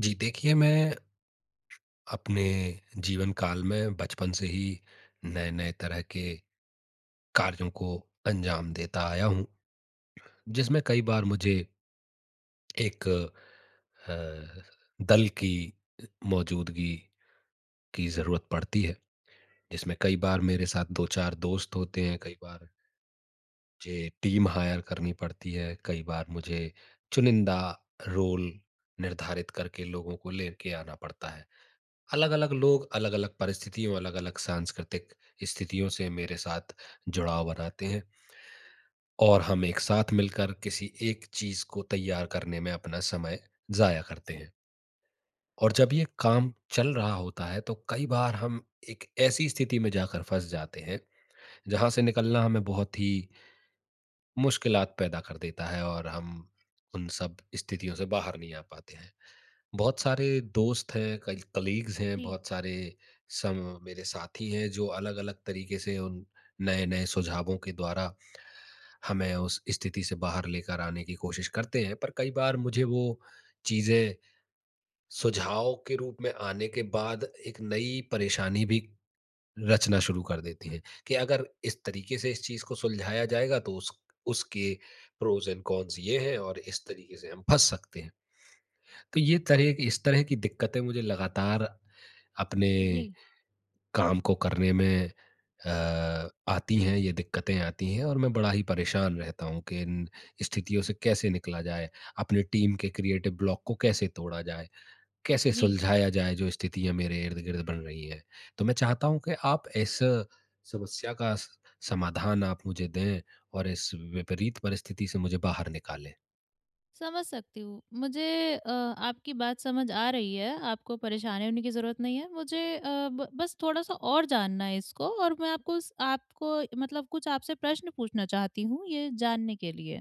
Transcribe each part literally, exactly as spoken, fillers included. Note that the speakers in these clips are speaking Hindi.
जी, देखिए मैं अपने जीवन काल में बचपन से ही नए-नए तरह के कार्यों को अंजाम देता आया हूँ, जिसमें कई बार मुझे एक अ, दल की अ, मौजूदगी की ज़रूरत पड़ती है, जिसमें कई बार मेरे साथ दो चार दोस्त होते हैं, कई बार मुझे टीम हायर करनी पड़ती है, कई बार मुझे चुनिंदा रोल निर्धारित करके लोगों को लेके आना पड़ता है। अलग अलग लोग अलग अलग परिस्थितियों, अलग अलग सांस्कृतिक स्थितियों से मेरे साथ जुड़ाव बनाते हैं और हम एक साथ मिलकर किसी एक चीज को तैयार करने में अपना समय जाया करते हैं। और जब ये काम चल रहा होता है तो कई बार हम एक ऐसी स्थिति में जाकर फंस जाते हैं, जहां से निकलना हमें बहुत ही मुश्किलात पैदा कर देता है और हम उन सब स्थितियों से बाहर नहीं आ पाते हैं। बहुत सारे दोस्त हैं, कल कलीग्स हैं, जी, बहुत सारे सम मेरे साथी हैं जो अलग-अलग तरीके से उन नए-नए सुझावों के द्वारा हमें उस स्थिति से बाहर लेकर आने की कोशिश करते हैं। पर कई बार मुझे वो चीज़ें सुझाव के रूप में आने के बाद एक नई परेशानी भी रचना शुरू कर देती हैं कि अगर इस तरीके से इस चीज़ को सुलझाया जाएगा तो उस उसके प्रोज़ एंड कॉन्स ये हैं और इस तरीके से हम फँस सकते हैं। तो ये तरह की इस तरह की दिक्कतें मुझे लगातार अपने जी, काम को करने में अ, आती हैं, ये दिक्कतें आती हैं और मैं बड़ा ही परेशान रहता हूँ कि इन स्थितियों से कैसे निकला जाए, अपनी टीम के क्रिएटिव ब्लॉक को कैसे तोड़ा जाए, कैसे जी। सुलझाया जाए जो स्थितियाँ मेरे इर्द-गिर्द बन रही हैं। तो मैं चाहता हूँ कि आप इस समस्या का स समाधान आप मुझे दें और इस विपरीत परिस्थिति से मुझे बाहर निकालें। समझ सकती हूँ। मुझे अ, आपकी बात समझ आ रही है, आपको परेशान होने की ज़रूरत नहीं है। मुझे अ, ब बस थोड़ा-सा और जानना है इसको, और मैं आपको स आपको मतलब कुछ आपसे प्रश्न पूछना चाहती हूँ ये जानने के लिए।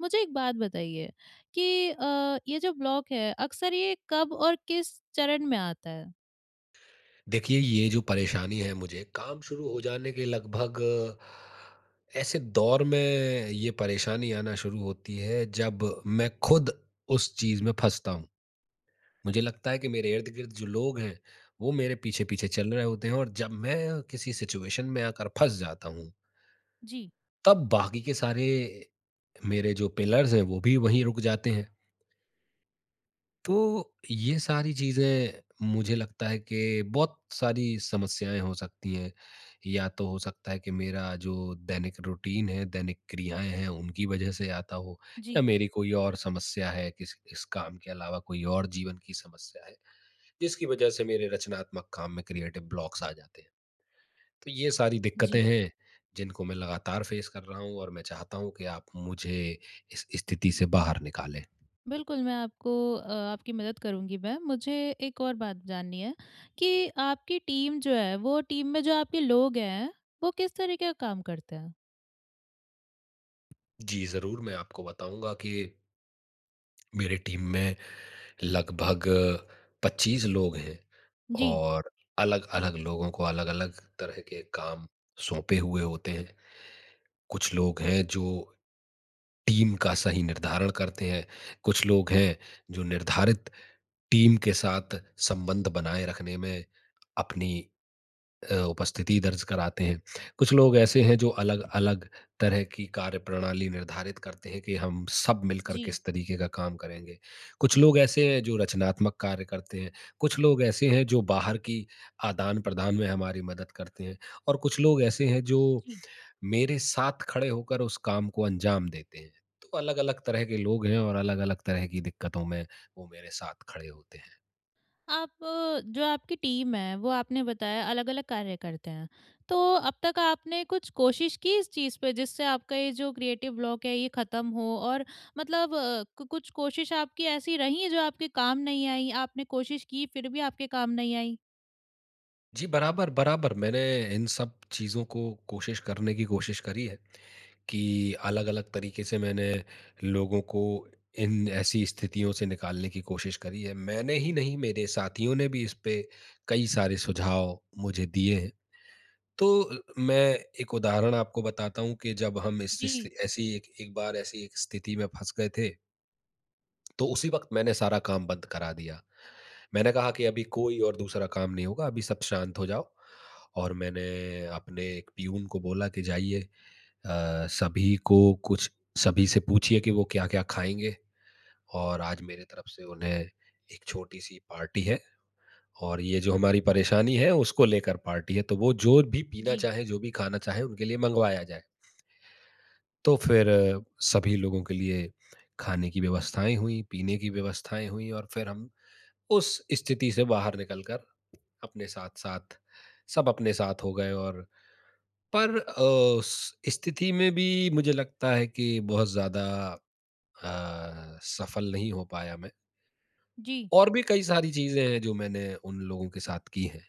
मुझे एक बात बताइए कि अ, ये जो ब्लॉक है, अक्सर ये कब और किस चरण में आता है? देखिए, ये जो परेशानी है मुझे, काम शुरू हो जाने के लगभग अ, ऐसे दौर में ये परेशानी आना शुरू होती है, जब मैं खुद उस चीज़ में फँसता हूँ। मुझे लगता है कि मेरे इर्द-गिर्द जो लोग हैं, वो मेरे पीछे-पीछे चल रहे होते हैं और जब मैं किसी सिचुएशन में आकर फँस जाता हूँ, जी, तब बाकी के सारे मेरे जो पिलर्स हैं, वो भी वहीं रुक जाते हैं। तो ये सारी चीज़ें, मुझे लगता है कि बहुत सारी समस्याएँ हो सकती हैं। या तो हो सकता है कि मेरा जो दैनिक रूटीन है, दैनिक क्रियाएँ हैं, उनकी वजह से आता हो, जी, या मेरी कोई और समस्या है, किस इस काम के अलावा कोई और जीवन की समस्या है, जिसकी वजह से मेरे रचनात्मक काम में क्रिएटिव ब्लॉक्स आ जाते हैं। तो ये सारी जी। दिक्कतें हैं, जिनको मैं लगातार फेस कर रहा हूँ और मैं चाहता हूँ कि आप मुझे इस स्थिति से बाहर निकालें। बिल्कुल, मैं आपको अ, आपकी मदद करूँगी मैं। मुझे एक और बात जाननी है कि आपकी टीम जो है, वो टीम में जो आपके लोग हैं, वो किस तरीके का काम करते हैं? जी, ज़रूर मैं आपको बताऊँगा कि मेरे टीम में लगभग पच्चीस लोग हैं जी, और अलग-अलग लोगों को अलग-अलग तरह के काम सौंपे हुए होते हैं। कुछ लोग हैं जो टीम का सही निर्धारण करते हैं, कुछ लोग हैं जो निर्धारित टीम के साथ संबंध बनाए रखने में अपनी अ, उपस्थिति दर्ज कराते हैं। कुछ लोग ऐसे हैं जो अलग-अलग तरह की कार्यप्रणाली निर्धारित करते हैं कि हम सब मिलकर जी, किस तरीके का काम करेंगे। कुछ लोग ऐसे हैं जो रचनात्मक कार्य करते हैं, कुछ लोग ऐसे हैं जो बाहर की आदान-प्रदान में हमारी मदद करते हैं और कुछ लोग ऐसे हैं जो जी। मेरे साथ खड़े होकर उस काम को अंजाम देते हैं। तो अलग-अलग तरह के लोग हैं और अलग-अलग तरह की दिक्कतों में वो मेरे साथ खड़े होते हैं। आप अ, जो आपकी टीम है, वो आपने बताया अलग-अलग कार्य करते हैं। तो अब तक आपने कुछ कोशिश की इस चीज़ पे, जिससे आपका ये जो क्रिएटिव ब्लॉक है, ये ख़त्म हो? और मतलब अ, कु कुछ कोशिश आपकी ऐसी रही हैं, जो आपके काम नहीं आई? आपने कोशिश की, फिर भी आपके काम नहीं आई? जी, बराबर, बराबर। मैंने इन सब चीज़ों को कोशिश करने की कोशिश करी है, कि अलग-अलग तरीके से मैंने लोगों को इन ऐसी स्थितियों से निकालने की कोशिश करी है। मैंने ही नहीं, मेरे साथियों ने भी इस पे कई सारे सुझाव मुझे दिए हैं। तो अ, मैं एक उदाहरण आपको बताता हूँ कि जब हम इस इस जी, ऐसी एक एक बार ऐसी एक स्थिति में फँस गए थे, तो उसी वक़्त मैंने सारा काम बंद करा दिया। मैंने कहा कि अभी कोई और दूसरा काम नहीं होगा, अभी सब शांत हो जाओ और मैंने अपने एक प्यून को बोला कि जाइए अ, सभी को कुछ सभी से पूछिए कि वो क्या-क्या खाएँगे और आज मेरे तरफ से उन्हें एक छोटी-सी पार्टी है और ये जो हमारी परेशानी है, उसको लेकर पार्टी है, तो वो जो भी पीना जी। चाहें, जो भी खाना चाहें, उनके लिए मँगवाया जाए। तो फिर अ, सभी लोगों के लिए खाने की व्यवस्थाएँ हुईं, पीने की व्यवस्थाएँ हुईं और फिर हम उस स्थिति से बाहर निकलकर अपने साथ-साथ सब अपने साथ हो गए। और पर अ, उस स्थिति में भी मुझे लगता है कि बहुत ज़्यादा अ, सफल नहीं हो पाया मैं। जी। और भी कई सारी चीज़ें हैं जो मैंने उन लोगों के साथ की हैं।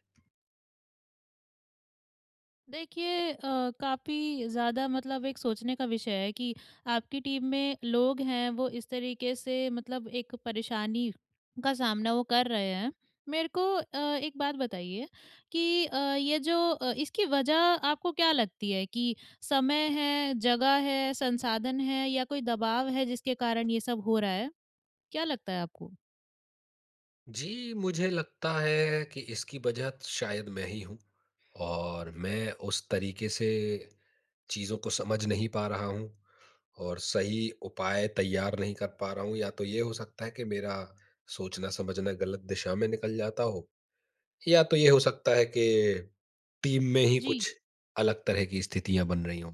देखिए अ, काफ़ी ज़्यादा मतलब एक सोचने का विषय है कि आपकी टीम में लोग हैं, वो इस तरीके से मतलब एक परेशानी का सामना वो कर रहे हैं। मेरे को अ, एक बात बताइए कि अ, ये जो अ, इसकी वजह आपको क्या लगती है कि समय है, जगह है, संसाधन है या कोई दबाव है जिसके कारण ये सब हो रहा है? क्या लगता है आपको? जी, मुझे लगता है कि इसकी वजह शायद मैं ही हूँ और मैं उस तरीके से चीज़ों को समझ नहीं पा रहा हूँ और सही उपाय तैयार नहीं कर पा रहा हूँ। या तो ये हो सकता है कि मेरा सोचना समझना गलत दिशा में निकल जाता हो, या तो ये हो सकता है कि टीम में ही जी। कुछ अलग तरह की स्थितियां बन रही हों।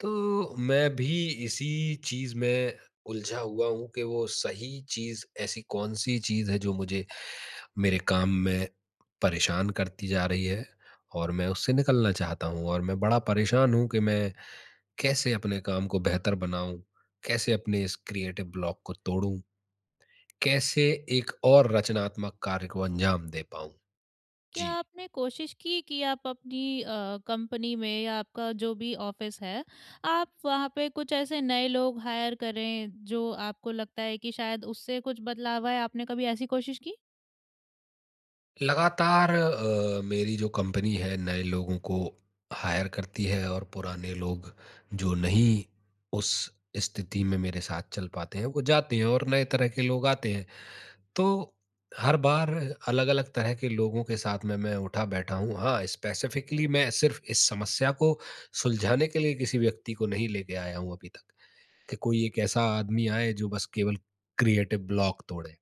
तो मैं भी इसी चीज में उलझा हुआ हूं कि वो सही चीज, ऐसी कौन सी चीज है जो मुझे मेरे काम में परेशान करती जा रही है और मैं उससे निकलना चाहता हूँ। और मैं बड़ा परेशान हूँ कि मैं कैसे अपने काम को बेहतर बनाऊं, कैसे अपने इस क्रिएटिव ब्लॉक को तोड़ूं, कैसे एक और रचनात्मक कार्य को अंजाम दे पाऊं। क्या जी, आपने कोशिश की कि आप अपनी अ, कंपनी में या आपका जो भी ऑफिस है, आप वहाँ पे कुछ ऐसे नए लोग हायर करें, जो आपको लगता है कि शायद उससे कुछ बदलाव आए? आपने कभी ऐसी कोशिश की? लगातार अ, मेरी जो कंपनी है नए लोगों को हायर करती है और पुराने लोग जो नहीं उस स्थिति में मेरे साथ चल पाते हैं, वो जाते हैं और नए तरह के लोग आते हैं। तो हर बार अलग-अलग तरह के लोगों के साथ में मैं उठा बैठा हूँ। हाँ, स्पेसिफिकली मैं सिर्फ़ इस समस्या को सुलझाने के लिए किसी व्यक्ति को नहीं लेके आया हूँ अभी तक, कि कोई एक ऐसा आदमी आए जो बस केवल क्रिएटिव ब्लॉक तोड़े।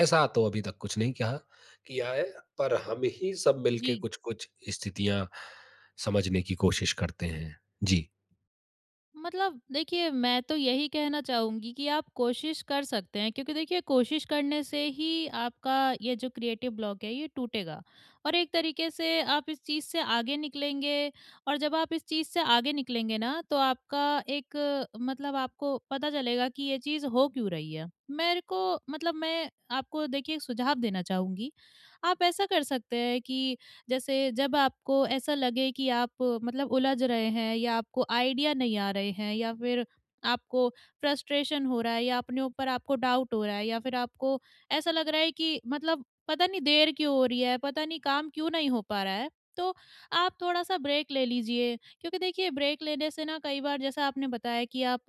ऐसा तो अभी तक कुछ नहीं कहा किया है, पर हम ही सब मिलके जी। कुछ-कुछ स्थितियाँ समझने की कोशिश करते हैं। जी, मतलब देखिए, मैं तो यही कहना चाहूँगी कि आप कोशिश कर सकते हैं, क्योंकि देखिए कोशिश करने से ही आपका ये जो क्रिएटिव ब्लॉक है ये टूटेगा और एक तरीके से आप इस चीज़ से आगे निकलेंगे। और जब आप इस चीज़ से आगे निकलेंगे ना, तो आपका एक अ, मतलब आपको पता चलेगा कि ये चीज़ हो क्यों रही है। मेरे को मतलब मैं आपको देखिए एक सुझाव देना चाहूँगी। आप ऐसा कर सकते हैं कि जैसे जब आपको ऐसा लगे कि आप अ, मतलब उलझ रहे हैं, या आपको आइडिया नहीं आ रहे हैं, या फिर आपको फ्रस्ट्रेशन हो रहा है, या अपने ऊपर आपको डाउट हो रहा है, या फिर आपको ऐसा लग रहा है कि मतलब पता नहीं देर क्यों हो रही है, पता नहीं काम क्यों नहीं हो पा रहा है, तो आप थोड़ा-सा ब्रेक ले लीजिए। क्योंकि देखिए ब्रेक लेने से ना, कई बार जैसा आपने बताया कि आप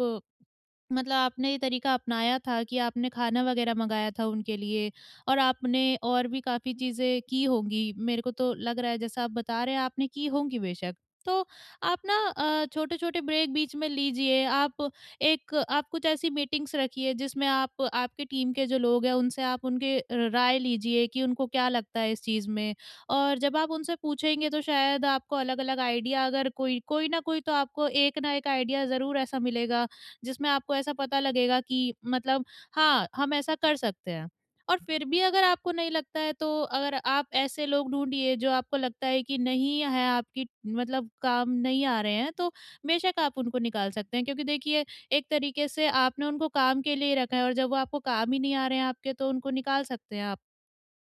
मतलब आपने ये तरीका अपनाया था कि आपने खाना वगैरह मँगाया था उनके लिए, और आपने और भी काफ़ी चीज़ें की होंगी, मेरे को तो लग रहा है जैसा आप बता रहे हैं आपने की होंगी बेशक। तो आप ना अ, छोटे-छोटे ब्रेक बीच में लीजिए। आप एक आप कुछ ऐसी मीटिंग्स रखिए जिसमें आप आपके टीम के जो लोग हैं उनसे आप उनके र राय लीजिए कि उनको क्या लगता है इस चीज़ में। और जब आप उनसे पूछेंगे, तो शायद आपको अलग-अलग आइडिया, अगर कोई कोई ना कोई, तो आपको एक ना एक आइडिया ज़रूर ऐसा मिलेगा, जिसमें आपको ऐसा पता लगेगा कि मतलब हाँ, हम ऐसा कर सकते हैं। और फिर भी अगर आपको नहीं लगता है, तो अगर आप ऐसे लोग ढूँढिए जो आपको लगता है कि नहीं है आपकी मतलब काम नहीं आ रहे हैं, तो बेशक आप उनको निकाल सकते हैं। क्योंकि देखिए एक तरीके से आपने उनको काम के लिए ही रखा है, और जब वो आपको काम ही नहीं आ रहे हैं आपके, तो उनको निकाल सकते हैं आप।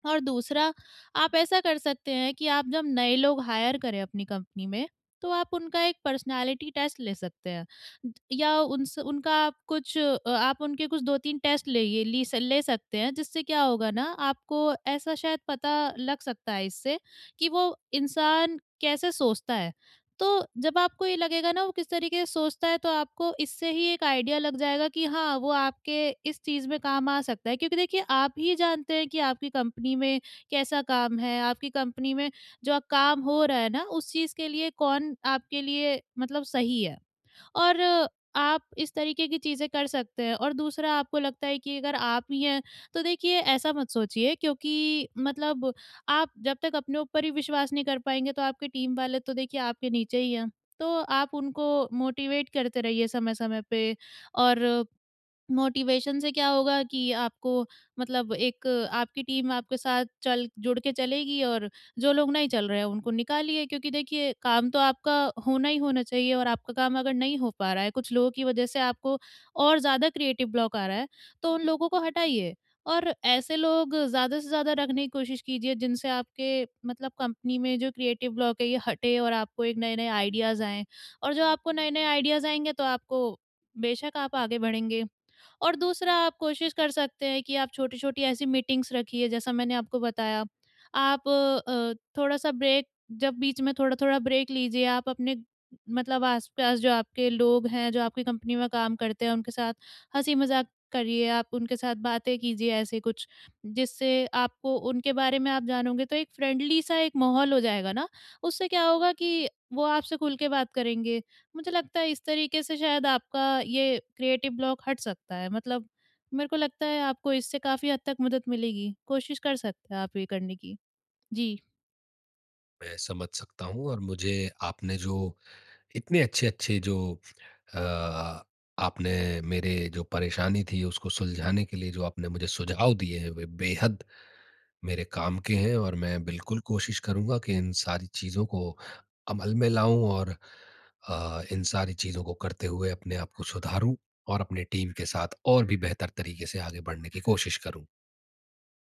और दूसरा, आप ऐसा कर सकते हैं कि आप जब नए लोग हायर करें अपनी कंपनी में, तो आप उनका एक पर्सनैलिटी टेस्ट ले सकते हैं। द या उनस उनका आप कुछ अ, आप उनके कुछ दो तीन टेस्ट लेइए ली स ले सकते हैं, जिससे क्या होगा ना, आपको ऐसा शायद पता लग सकता है इससे कि वो इंसान कैसे सोचता है। तो जब आपको ये लगेगा ना वो किस तरीके से सोचता है, तो आपको इससे ही एक आइडिया लग जाएगा कि हाँ, वो आपके इस चीज़ में काम आ सकता है। क्योंकि देखिए आप ही जानते हैं कि आपकी कंपनी में कैसा काम है, आपकी कंपनी में जो काम हो रहा है ना उस चीज़ के लिए कौन आपके लिए मतलब सही है। और अ, आप इस तरीके की चीज़ें कर सकते हैं। और दूसरा, आपको लगता है कि अगर आप ही हैं, तो देखिए ऐसा मत सोचिए, क्योंकि मतलब आप जब तक अपने ऊपर ही विश्वास नहीं कर पाएँगे, तो आपके टीम वाले तो देखिए आपके नीचे ही हैं। तो आप उनको मोटिवेट करते रहिए समय-समय पे। और मोटिवेशन से क्या होगा कि आपको मतलब एक आपकी टीम आपके साथ चल जुड़ के चलेगी। और जो लोग नहीं चल रहे हैं उनको निकालिए, क्योंकि देखिए काम तो आपका होना ही होना चाहिए। और आपका काम अगर नहीं हो पा रहा है कुछ लोगों की वजह से, आपको और ज़्यादा क्रिएटिव ब्लॉक आ रहा है, तो उन लोगों को हटाइए, और ऐसे लोग ज़्यादा से ज़्यादा रखने की कोशिश कीजिए जिनसे आपके मतलब कंपनी में जो क्रिएटिव ब्लॉक है ये हटे, और आपको एक नए नए आइडियाज़ आएँ। और जो आपको नए नए आइडियाज़ आएंगे, तो आपको बेशक आप आगे बढ़ेंगे। और दूसरा, आप कोशिश कर सकते हैं कि आप छोटी-छोटी ऐसी मीटिंग्स रखिए जैसा मैंने आपको बताया। आप अ, थोड़ा-सा ब्रेक जब बीच में थोड़ा-थोड़ा ब्रेक लीजिए, आप अपने मतलब आस-पास जो आपके लोग हैं, जो आपकी कंपनी में काम करते हैं, उनके साथ हँसी-मज़ाक करिए, आप उनके साथ बातें कीजिए ऐसे कुछ, जिससे आपको उनके बारे में आप जानोगे, तो एक फ्रेंडली सा एक माहौल हो जाएगा ना, उससे क्या होगा कि वो आपसे खुल के बात करेंगे। मुझे लगता है इस तरीके से शायद आपका ये क्रिएटिव ब्लॉक हट सकता है। मतलब मेरे को लगता है आपको इससे काफ़ी हद तक मदद मिलेगी। कोशिश कर सकते हैं आप ये करने की। जी। मैं समझ सकता हूँ और मुझे आपने जो इतने अच्छे-अच्छे जो अ, आपने मेरे जो परेशानी थी उसको सुलझाने के लिए जो आपने मुझे सुझाव दिए हैं, वे बेहद मेरे काम के हैं और मैं बिल्कुल कोशिश करूँगा कि इन सारी चीज़ों को अमल में लाऊँ और अ, इन सारी चीज़ों को करते हुए अपने आप को सुधारूँ और अपने टीम के साथ और भी बेहतर तरीके से आगे बढ़ने की कोशिश करूँ।